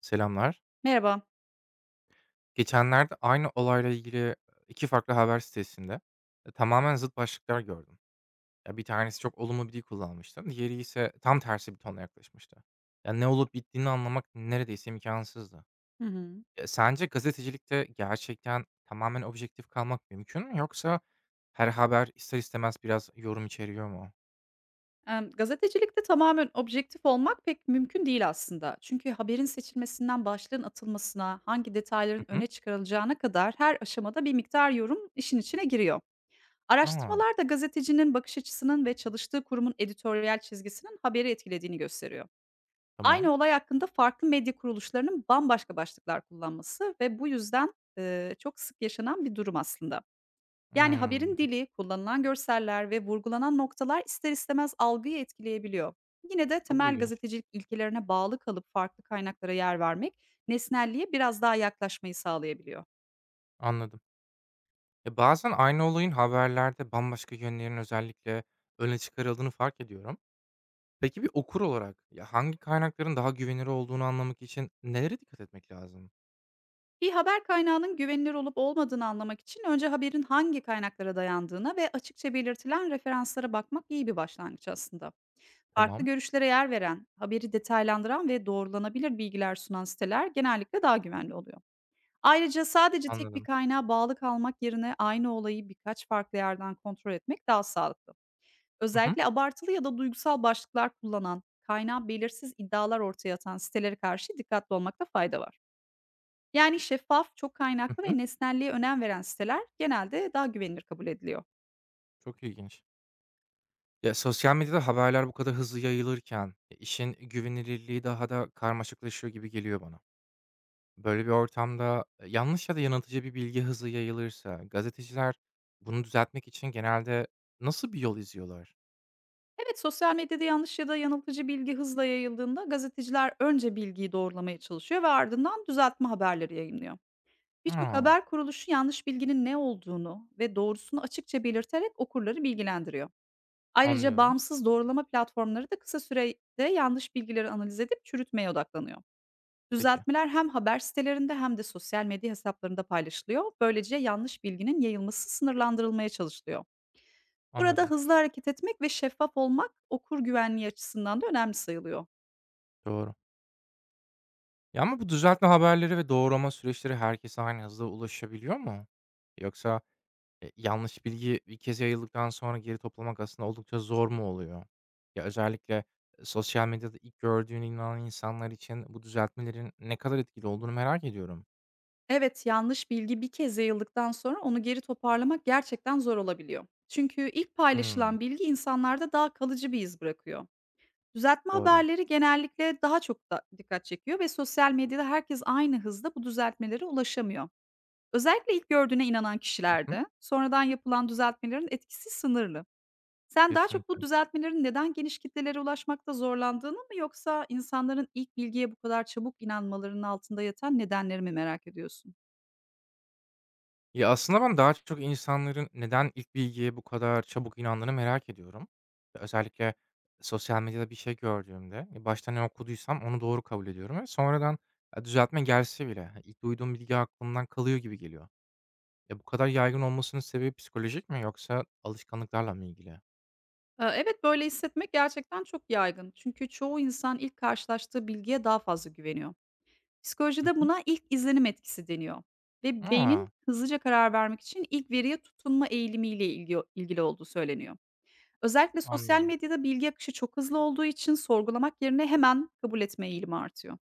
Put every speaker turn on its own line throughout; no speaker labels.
Selamlar.
Merhaba.
Geçenlerde aynı olayla ilgili 2 farklı haber sitesinde, tamamen zıt başlıklar gördüm. Ya, bir tanesi çok olumlu bir dil kullanmıştı, diğeri ise tam tersi bir tonla yaklaşmıştı. Ya, ne olup bittiğini anlamak neredeyse imkansızdı.
Hı hı.
Ya, sence gazetecilikte gerçekten tamamen objektif kalmak mümkün mü yoksa her haber ister istemez biraz yorum içeriyor mu?
Gazetecilikte tamamen objektif olmak pek mümkün değil aslında. Çünkü haberin seçilmesinden başlığın atılmasına, hangi detayların
Hı hı.
öne çıkarılacağına kadar her aşamada bir miktar yorum işin içine giriyor.
Aa,
Araştırmalar da gazetecinin bakış açısının ve çalıştığı kurumun editoryal çizgisinin haberi etkilediğini gösteriyor.
tamam.
Aynı olay hakkında farklı medya kuruluşlarının bambaşka başlıklar kullanması ve bu yüzden, çok sık yaşanan bir durum aslında. Yani
Hımm.
haberin dili, kullanılan görseller ve vurgulanan noktalar ister istemez algıyı etkileyebiliyor. Yine de
Çok
temel
ilginç.
gazetecilik ilkelerine bağlı kalıp farklı kaynaklara yer vermek nesnelliğe biraz daha yaklaşmayı sağlayabiliyor.
Anladım. Ya, bazen aynı olayın haberlerde bambaşka yönlerin özellikle öne çıkarıldığını fark ediyorum. Peki bir okur olarak ya, hangi kaynakların daha güvenilir olduğunu anlamak için nelere dikkat etmek lazım?
Bir haber kaynağının güvenilir olup olmadığını anlamak için önce haberin hangi kaynaklara dayandığına ve açıkça belirtilen referanslara bakmak iyi bir başlangıç aslında. Farklı
Tamam,
görüşlere yer veren, haberi detaylandıran ve doğrulanabilir bilgiler sunan siteler genellikle daha güvenli oluyor. Ayrıca sadece tek bir
anladım.
kaynağa bağlı kalmak yerine aynı olayı birkaç farklı yerden kontrol etmek daha sağlıklı.
Hı hı.
Özellikle abartılı ya da duygusal başlıklar kullanan, kaynağı belirsiz iddialar ortaya atan sitelere karşı dikkatli olmakta fayda var. Yani şeffaf, çok
Hı
kaynaklı ve
hı.
nesnelliğe önem veren siteler genelde daha güvenilir kabul ediliyor.
Çok ilginç. Ya, sosyal medyada haberler bu kadar hızlı yayılırken, işin güvenilirliği daha da karmaşıklaşıyor gibi geliyor bana. Böyle bir ortamda, yanlış ya da yanıltıcı bir bilgi hızlı yayılırsa gazeteciler bunu düzeltmek için genelde nasıl bir yol izliyorlar?
Evet, sosyal medyada yanlış ya da yanıltıcı bilgi hızla yayıldığında gazeteciler önce bilgiyi doğrulamaya çalışıyor ve ardından düzeltme haberleri yayınlıyor. Birçok
A!
haber kuruluşu yanlış bilginin ne olduğunu ve doğrusunu açıkça belirterek okurları bilgilendiriyor. Ayrıca
Anlıyorum.
bağımsız doğrulama platformları da kısa sürede yanlış bilgileri analiz edip çürütmeye odaklanıyor.
Peki,
Düzeltmeler hem haber sitelerinde hem de sosyal medya hesaplarında paylaşılıyor. Böylece yanlış bilginin yayılması sınırlandırılmaya çalışılıyor. Burada
anladım.
hızlı hareket etmek ve şeffaf olmak okur güvenliği açısından da önemli sayılıyor.
Doğru. Ya, ama bu düzeltme haberleri ve doğrulama süreçleri herkese aynı hızda ulaşabiliyor mu? Yoksa, yanlış bilgi bir kez yayıldıktan sonra geri toplamak aslında oldukça zor mu oluyor? Ya, özellikle, sosyal medyada ilk gördüğüne inanan insanlar için bu düzeltmelerin ne kadar etkili olduğunu merak ediyorum.
Evet, yanlış bilgi bir kez yayıldıktan sonra onu geri toparlamak gerçekten zor olabiliyor. Çünkü ilk
Hımm,
paylaşılan bilgi insanlarda daha kalıcı bir iz bırakıyor. Düzeltme
doğru.
haberleri genellikle daha çok da dikkat çekiyor ve sosyal medyada herkes aynı hızda bu düzeltmelere ulaşamıyor. Özellikle ilk gördüğüne inanan
Hı hı,
kişilerde sonradan yapılan düzeltmelerin etkisi sınırlı. Sen daha çok bu
kesinlikle.
düzeltmelerin neden geniş kitlelere ulaşmakta zorlandığını mı yoksa insanların ilk bilgiye bu kadar çabuk inanmalarının altında yatan nedenleri mi merak ediyorsun?
Ya, aslında ben daha çok insanların neden ilk bilgiye bu kadar çabuk inandığını merak ediyorum. Özellikle sosyal medyada bir şey gördüğümde, başta ne okuduysam onu doğru kabul ediyorum ve sonradan, düzeltme gelse bile, ha, ilk duyduğum bilgi aklımdan kalıyor gibi geliyor. Ya, bu kadar yaygın olmasının sebebi psikolojik mi yoksa alışkanlıklarla mı ilgili?
Evet, böyle hissetmek gerçekten çok yaygın. Çünkü çoğu insan ilk karşılaştığı bilgiye daha fazla güveniyor.
Hı
Psikolojide
hı.
buna ilk izlenim etkisi deniyor ve beynin
A!
hızlıca karar vermek için ilk veriye tutunma eğilimiyle ilgili olduğu söyleniyor. Özellikle sosyal
Anlıyorum.
medyada bilgi akışı çok hızlı olduğu için sorgulamak yerine hemen kabul etme eğilimi artıyor.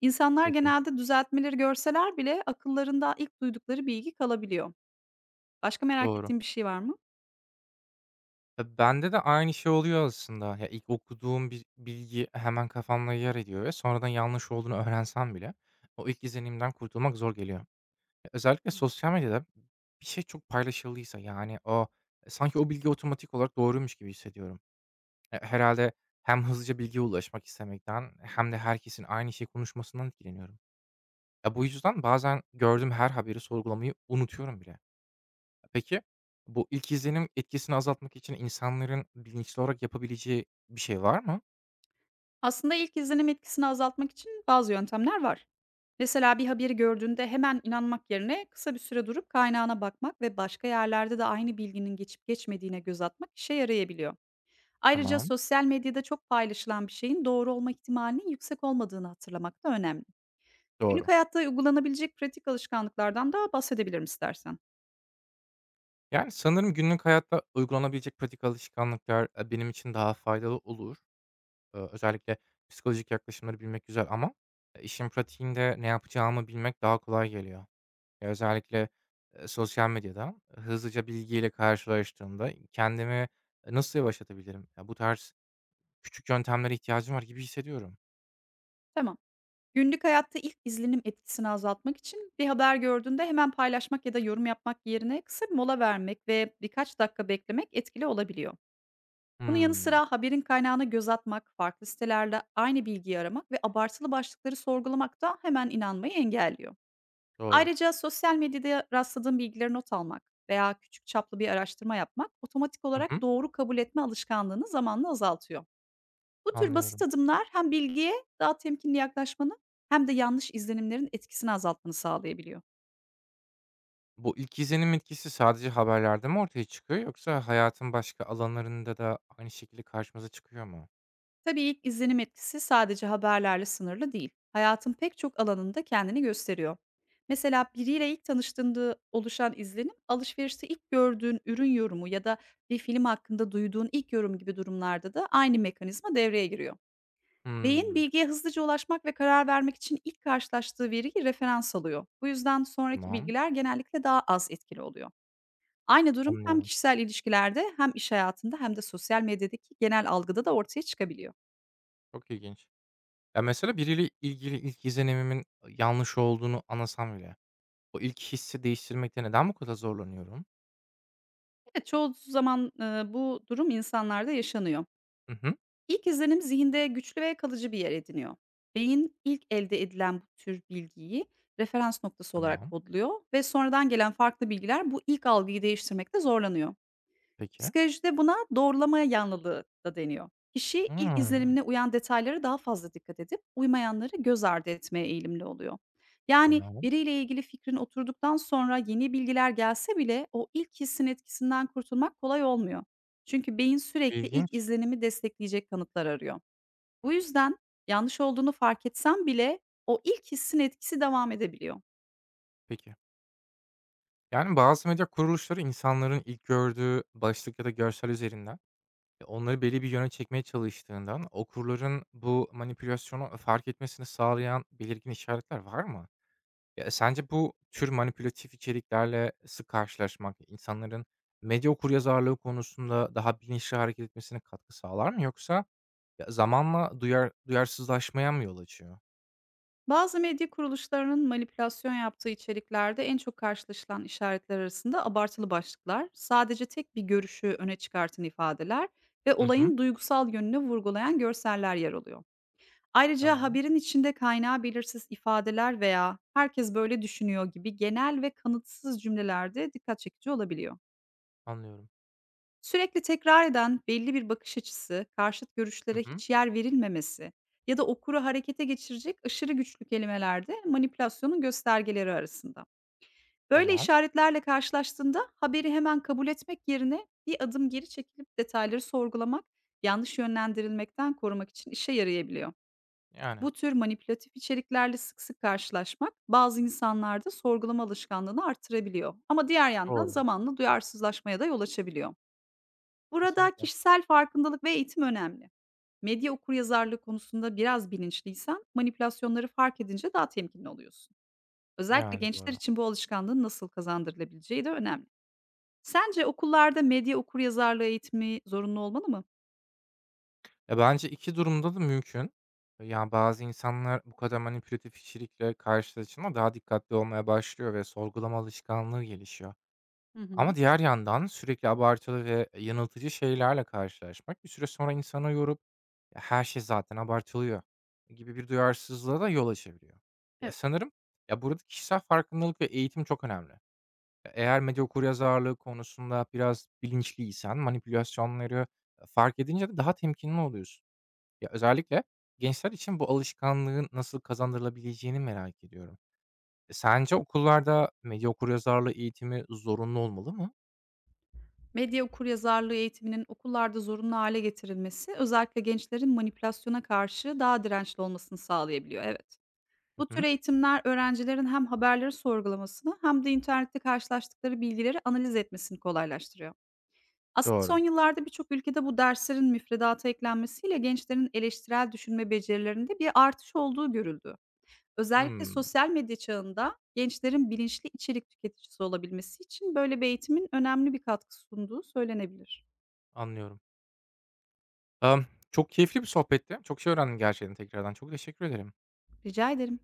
İnsanlar
Peki,
genelde düzeltmeleri görseler bile akıllarında ilk duydukları bilgi kalabiliyor. Başka merak
doğru.
ettiğin bir şey var mı?
Bende de aynı şey oluyor aslında. Ya, ilk okuduğum bir bilgi hemen kafamda yer ediyor ve sonradan yanlış olduğunu öğrensem bile o ilk izlenimden kurtulmak zor geliyor. Özellikle
Hıı.
sosyal medyada bir şey çok paylaşıldıysa, yani, sanki o bilgi otomatik olarak doğruymuş gibi hissediyorum. Herhâlde hem hızlıca bilgiye ulaşmak istemekten hem de herkesin aynı şeyi konuşmasından etkileniyorum. Ya, bu yüzden bazen gördüğüm her haberi sorgulamayı unutuyorum bile. Peki, bu ilk izlenim etkisini azaltmak için insanların bilinçli olarak yapabileceği bir şey var mı?
Aslında ilk izlenim etkisini azaltmak için bazı yöntemler var. Mesela bir haberi gördüğünde hemen inanmak yerine kısa bir süre durup kaynağına bakmak ve başka yerlerde de aynı bilginin geçip geçmediğine göz atmak işe yarayabiliyor. Ayrıca
Tamam,
sosyal medyada çok paylaşılan bir şeyin doğru olma ihtimalinin yüksek olmadığını hatırlamak da önemli. Günlük
doğru.
hayatta uygulanabilecek pratik alışkanlıklardan da bahsedebilirim istersen.
Yani sanırım günlük hayatta uygulanabilecek pratik alışkanlıklar benim için daha faydalı olur. Özellikle psikolojik yaklaşımları bilmek güzel ama işin pratiğinde ne yapacağımı bilmek daha kolay geliyor. Ya özellikle sosyal medyada hızlıca bilgiyle karşılaştığımda kendimi nasıl yavaşlatabilirim? Ya bu tarz küçük yöntemlere ihtiyacım var gibi hissediyorum.
Tamam. Günlük hayatta ilk izlenim etkisini azaltmak için bir haber gördüğünde hemen paylaşmak ya da yorum yapmak yerine kısa bir mola vermek ve birkaç dakika beklemek etkili olabiliyor. Bunun yanı
Hmm,
sıra haberin kaynağına göz atmak, farklı sitelerde aynı bilgiyi aramak ve abartılı başlıkları sorgulamak da hemen inanmayı engelliyor.
doğru.
Ayrıca sosyal medyada rastladığım bilgileri not almak veya küçük çaplı bir araştırma yapmak otomatik
Hı
olarak
hı.
doğru kabul etme alışkanlığını zamanla azaltıyor. Bu tür basit
Anlıyorum.
adımlar hem bilgiye daha temkinli yaklaşmanı hem de yanlış izlenimlerin etkisini azaltmanı sağlayabiliyor.
Bu ilk izlenim etkisi sadece haberlerde mi ortaya çıkıyor yoksa hayatın başka alanlarında da aynı şekilde karşımıza çıkıyor mu?
Tabii ilk izlenim etkisi sadece haberlerle sınırlı değil. Hayatın pek çok alanında kendini gösteriyor. Mesela biriyle ilk tanıştığında oluşan izlenim, alışverişte ilk gördüğün ürün yorumu ya da bir film hakkında duyduğun ilk yorum gibi durumlarda da aynı mekanizma devreye giriyor. Beyin
Hımm.
bilgiye hızlıca ulaşmak ve karar vermek için ilk karşılaştığı veriyi referans alıyor. Bu yüzden sonraki
Tamam,
bilgiler genellikle daha az etkili oluyor. Aynı durum hem
anlıyorum.
kişisel ilişkilerde hem iş hayatında hem de sosyal medyadaki genel algıda da ortaya çıkabiliyor.
Çok ilginç. Ya, mesela biriyle ilgili ilk izlenimimin yanlış olduğunu anlasam bile o ilk hissi değiştirmekte neden bu kadar zorlanıyorum?
Evet, çoğu zaman, bu durum insanlarda yaşanıyor.
Hı hı.
İlk izlenim zihinde güçlü ve kalıcı bir yer ediniyor. Beyin ilk elde edilen bu tür bilgiyi referans noktası olarak
Tamam.
kodluyor ve sonradan gelen farklı bilgiler bu ilk algıyı değiştirmekte zorlanıyor.
Peki.
Psikolojide buna doğrulama yanlılığı da deniyor. Kişi ilk
Hımm.
izlenimine uyan detaylara daha fazla dikkat edip uymayanları göz ardı etmeye eğilimli oluyor. Yani
Tamam.
biriyle ilgili fikrin oturduktan sonra yeni bilgiler gelse bile o ilk hissin etkisinden kurtulmak kolay olmuyor. Çünkü beyin sürekli ilk
İlginç.
izlenimi destekleyecek kanıtlar arıyor. Bu yüzden yanlış olduğunu fark etsem bile o ilk hissin etkisi devam edebiliyor.
Peki. Yani, bazı medya kuruluşları insanların ilk gördüğü başlık ya da görsel üzerinden onları belli bir yöne çekmeye çalıştığından okurların bu manipülasyonu fark etmesini sağlayan belirgin işaretler var mı? Ya, sence bu tür manipülatif içeriklerle sık karşılaşmak insanların medya okuryazarlığı konusunda daha bilinçli hareket etmesine katkı sağlar mı yoksa ya, zamanla duyarsızlaşmaya mı yol açıyor?
Bazı medya kuruluşlarının manipülasyon yaptığı içeriklerde en çok karşılaşılan işaretler arasında abartılı başlıklar, sadece tek bir görüşü öne çıkartan ifadeler ve
Hı hı.
olayın duygusal yönünü vurgulayan görseller yer alıyor. Ayrıca
Tamam,
haberin içinde kaynağı belirsiz ifadeler veya herkes böyle düşünüyor gibi genel ve kanıtsız cümlelerde dikkat çekici olabiliyor.
anlıyorum.
Sürekli tekrar eden belli bir bakış açısı, karşıt görüşlere
Hı hı.
hiç yer verilmemesi ya da okuru harekete geçirecek aşırı güçlü kelimeler de manipülasyonun göstergeleri arasında. Böyle
Tamam.
işaretlerle karşılaştığında haberi hemen kabul etmek yerine bir adım geri çekilip detayları sorgulamak, yanlış yönlendirilmekten korumak için işe yarayabiliyor.
Yani,
Bu tür manipülatif içeriklerle sık sık karşılaşmak bazı insanlarda sorgulama alışkanlığını artırabiliyor. Ama diğer yandan
doğru.
zamanla duyarsızlaşmaya da yol açabiliyor. Burada
Kesinlikle.
kişisel farkındalık ve eğitim önemli. Medya okuryazarlığı konusunda biraz bilinçliysen manipülasyonları fark edince daha temkinli oluyorsun. Özellikle
Yani,
gençler
doğru.
için bu alışkanlığın nasıl kazandırılabileceği de önemli. Sence okullarda medya okuryazarlığı eğitimi zorunlu olmalı mı?
Ya, bence 2 durumda da mümkün. Yani bazı insanlar bu kadar manipülatif içerikle karşılaşınca daha dikkatli olmaya başlıyor ve sorgulama alışkanlığı gelişiyor.
Hı hı.
Ama diğer yandan sürekli abartılı ve yanıltıcı şeylerle karşılaşmak bir süre sonra insanı yorup "Ya, her şey zaten abartılıyor." gibi bir duyarsızlığa da yol açabiliyor. Ya,
Evet.
sanırım, ya, burada kişisel farkındalık ve eğitim çok önemli. Eğer medya okuryazarlığı konusunda biraz bilinçliysen manipülasyonları, fark edince de daha temkinli oluyorsun. Ya, özellikle gençler için bu alışkanlığın nasıl kazandırılabileceğini merak ediyorum. Sence okullarda medya okuryazarlığı eğitimi zorunlu olmalı mı?
Medya okuryazarlığı eğitiminin okullarda zorunlu hale getirilmesi özellikle gençlerin manipülasyona karşı daha dirençli olmasını sağlayabiliyor. Evet.
Hı
Bu tür
hı.
eğitimler öğrencilerin hem haberleri sorgulamasını hem de internette karşılaştıkları bilgileri analiz etmesini kolaylaştırıyor. Aslında son
Doğru.
yıllarda birçok ülkede bu derslerin müfredata eklenmesiyle gençlerin eleştirel düşünme becerilerinde bir artış olduğu görüldü. Özellikle
Hımm,
sosyal medya çağında gençlerin bilinçli içerik tüketicisi olabilmesi için böyle bir eğitimin önemli bir katkı sunduğu söylenebilir.
anlıyorum. Emm, Çok keyifli bir sohbetti. Çok şey öğrendim gerçekten tekrardan. Çok teşekkür ederim.
Rica ederim.